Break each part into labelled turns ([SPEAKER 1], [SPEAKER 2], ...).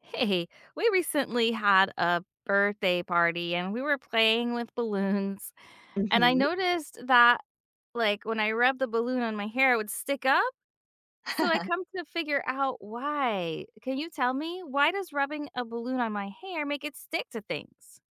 [SPEAKER 1] Hey, we recently had a birthday party and we were playing with balloons. And I
[SPEAKER 2] Hmm.
[SPEAKER 1] noticed that, like, when I rubbed the balloon on my hair, it would stick up. So I come to figure out why. Can you tell me why does rubbing a balloon on my hair make it stick to things?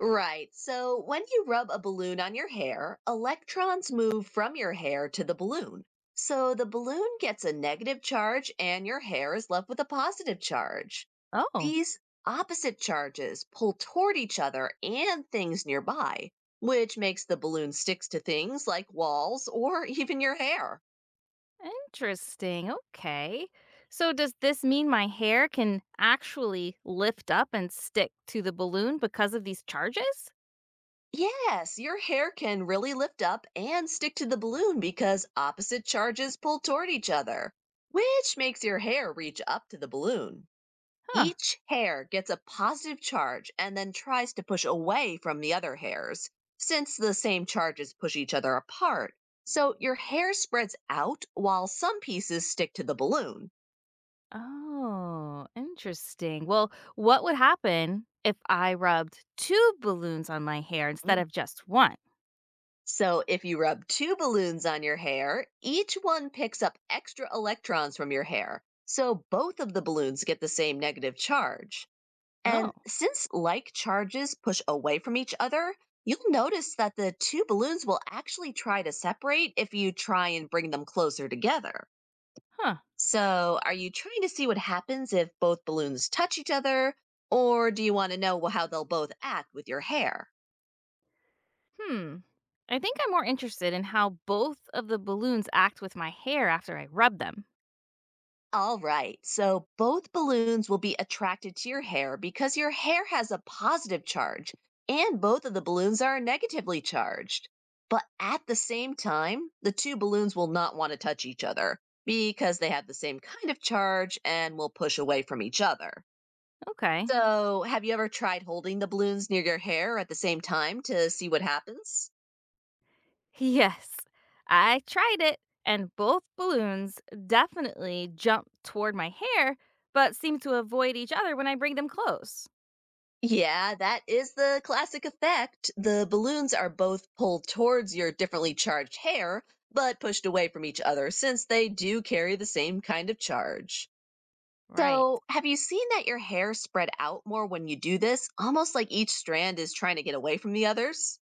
[SPEAKER 2] Right. So when you rub a balloon on your hair, electrons move from your hair to the balloon. So the balloon gets a negative charge and your hair is left with a positive charge.
[SPEAKER 1] Oh,
[SPEAKER 2] These opposite charges pull toward each other and things nearby, which makes the balloon sticks to things like walls or even your hair.
[SPEAKER 1] interesting. Okay. So does this mean my hair can actually lift up and stick to the balloon because of these charges?
[SPEAKER 2] Yes, your hair can really lift up and stick to the balloon because opposite charges pull toward each other, which makes your hair reach up to the balloon.
[SPEAKER 1] Huh.
[SPEAKER 2] Each hair gets a positive charge and then tries to push away from the other hairs, since the same charges push each other apart. So your hair spreads out while some pieces stick to the balloon.
[SPEAKER 1] Oh, interesting. Well, what would happen if I rubbed two balloons on my hair instead of just one?
[SPEAKER 2] So, if you rub two balloons on your hair, each one picks up extra electrons from your hair. So, both of the balloons get the same negative charge. And
[SPEAKER 1] Oh,
[SPEAKER 2] since like charges push away from each other, you'll notice that the two balloons will actually try to separate if you try and bring them closer together.
[SPEAKER 1] huh.
[SPEAKER 2] So, are you trying to see what happens if both balloons touch each other, or do you want to know how they'll both act with your hair?
[SPEAKER 1] Hmm. I think I'm more interested in how both of the balloons act with my hair after I rub them.
[SPEAKER 2] All right. So both balloons will be attracted to your hair because your hair has a positive charge and both of the balloons are negatively charged. But at the same time, the two balloons will not want to touch each other because they have the same kind of charge and will push away from each other.
[SPEAKER 1] Okay.
[SPEAKER 2] So, have you ever tried holding the balloons near your hair at the same time to see what happens?
[SPEAKER 1] Yes, I tried it, and both balloons definitely jump toward my hair, but seem to avoid each other when I bring them close.
[SPEAKER 2] Yeah, that is the classic effect. The balloons are both pulled towards your differently charged hair, but pushed away from each other since they do carry the same kind of charge.
[SPEAKER 1] Right.
[SPEAKER 2] So, have you seen that your hair spread out more when you do this, almost like each strand is trying to get away from the others?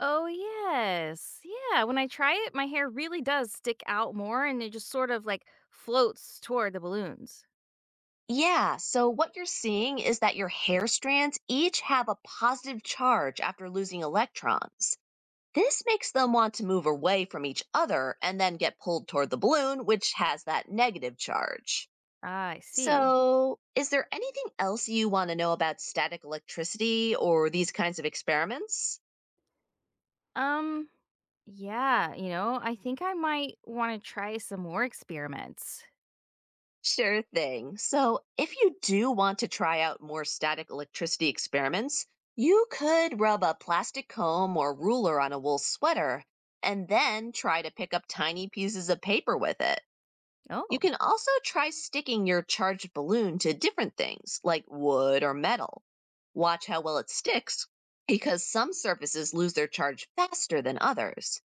[SPEAKER 1] Oh, yes. Yeah, when I try it, my hair really does stick out more and it just sort of like floats toward the balloons.
[SPEAKER 2] Yeah, so what you're seeing is that your hair strands each have a positive charge after losing electrons. This makes them want to move away from each other and then get pulled toward the balloon, which has that negative charge.
[SPEAKER 1] Ah, I see.
[SPEAKER 2] So, is there anything else you want to know about static electricity or these kinds of experiments?
[SPEAKER 1] Um, yeah, I think I might want to try some more experiments.
[SPEAKER 2] Sure thing. So, if you do want to try out more static electricity experiments, you could rub a plastic comb or ruler on a wool sweater and then try to pick up tiny pieces of paper with it. You
[SPEAKER 1] Oh,
[SPEAKER 2] can also try sticking your charged balloon to different things like wood or metal. Watch how well it sticks because some surfaces lose their charge faster than others.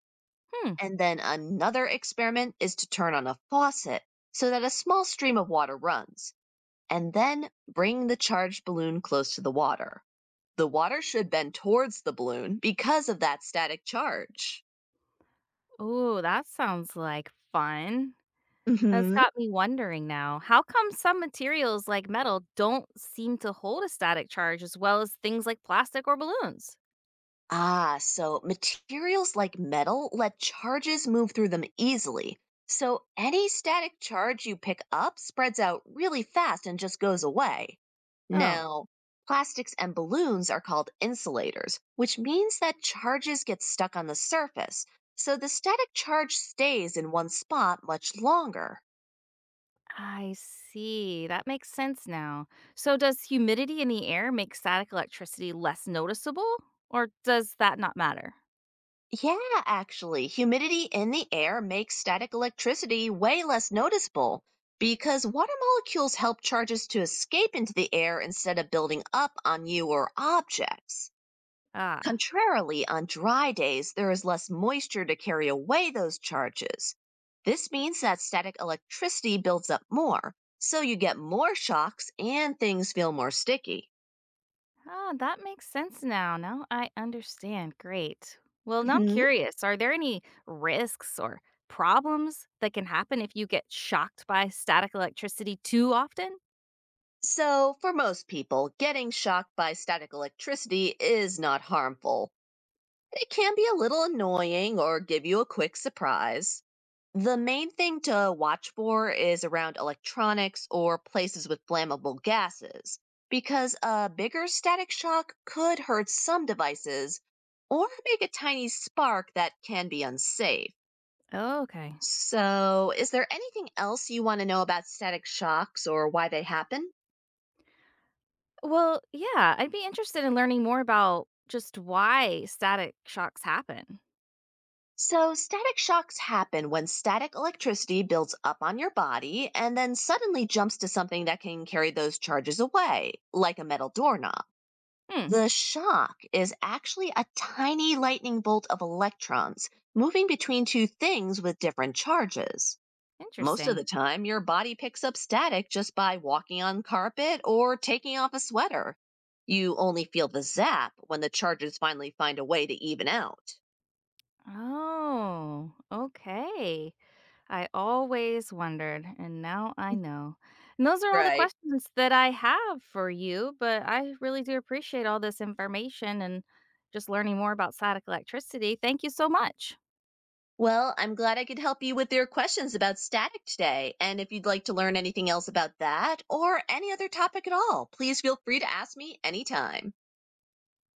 [SPEAKER 1] hmm.
[SPEAKER 2] And then another experiment is to turn on a faucet so that a small stream of water runs, and then bring the charged balloon close to the water. The water should bend towards the balloon because of that static charge.
[SPEAKER 1] Oh, that sounds like fun. That's
[SPEAKER 2] Hmm.
[SPEAKER 1] got me wondering now. How come some materials like metal don't seem to hold a static charge as well as things like plastic or balloons?
[SPEAKER 2] Ah, so materials like metal let charges move through them easily. So any static charge you pick up spreads out really fast and just goes away.
[SPEAKER 1] Oh.
[SPEAKER 2] Now, plastics and balloons are called insulators, which means that charges get stuck on the surface. So the static charge stays in one spot much longer.
[SPEAKER 1] I see. That makes sense now. So, does humidity in the air make static electricity less noticeable, or does that not matter?
[SPEAKER 2] Yeah, actually, humidity in the air makes static electricity way less noticeable because water molecules help charges to escape into the air instead of building up on you or objects.
[SPEAKER 1] Ah,
[SPEAKER 2] Contrarily, on dry days, there is less moisture to carry away those charges. This means that static electricity builds up more, so you get more shocks and things feel more sticky.
[SPEAKER 1] ah, that makes sense now. Now I understand. Great. Well, now I'm
[SPEAKER 2] Mhm.
[SPEAKER 1] curious, are there any risks or problems that can happen if you get shocked by static electricity too often?
[SPEAKER 2] So, for most people, getting shocked by static electricity is not harmful. It can be a little annoying or give you a quick surprise. The main thing to watch for is around electronics or places with flammable gases, because a bigger static shock could hurt some devices or make a tiny spark that can be unsafe.
[SPEAKER 1] Oh, okay.
[SPEAKER 2] So, is there anything else you want to know about static shocks or why they happen?
[SPEAKER 1] Well, yeah, I'd be interested in learning more about just why static shocks happen.
[SPEAKER 2] So, static shocks happen when static electricity builds up on your body and then suddenly jumps to something that can carry those charges away, like a metal doorknob.
[SPEAKER 1] Hmm,
[SPEAKER 2] The shock is actually a tiny lightning bolt of electrons moving between two things with different charges. Most of
[SPEAKER 1] interesting.
[SPEAKER 2] the time, your body picks up static just by walking on carpet or taking off a sweater. You only feel the zap when the charges finally find a way to even out.
[SPEAKER 1] Oh, okay. I always wondered, and now I know. And those are all the
[SPEAKER 2] Right.
[SPEAKER 1] questions that I have for you, but I really do appreciate all this information and just learning more about static electricity. Thank you so much.
[SPEAKER 2] Well, I'm glad I could help you with your questions about static today. And if you'd like to learn anything else about that or any other topic at all, please feel free to ask me anytime.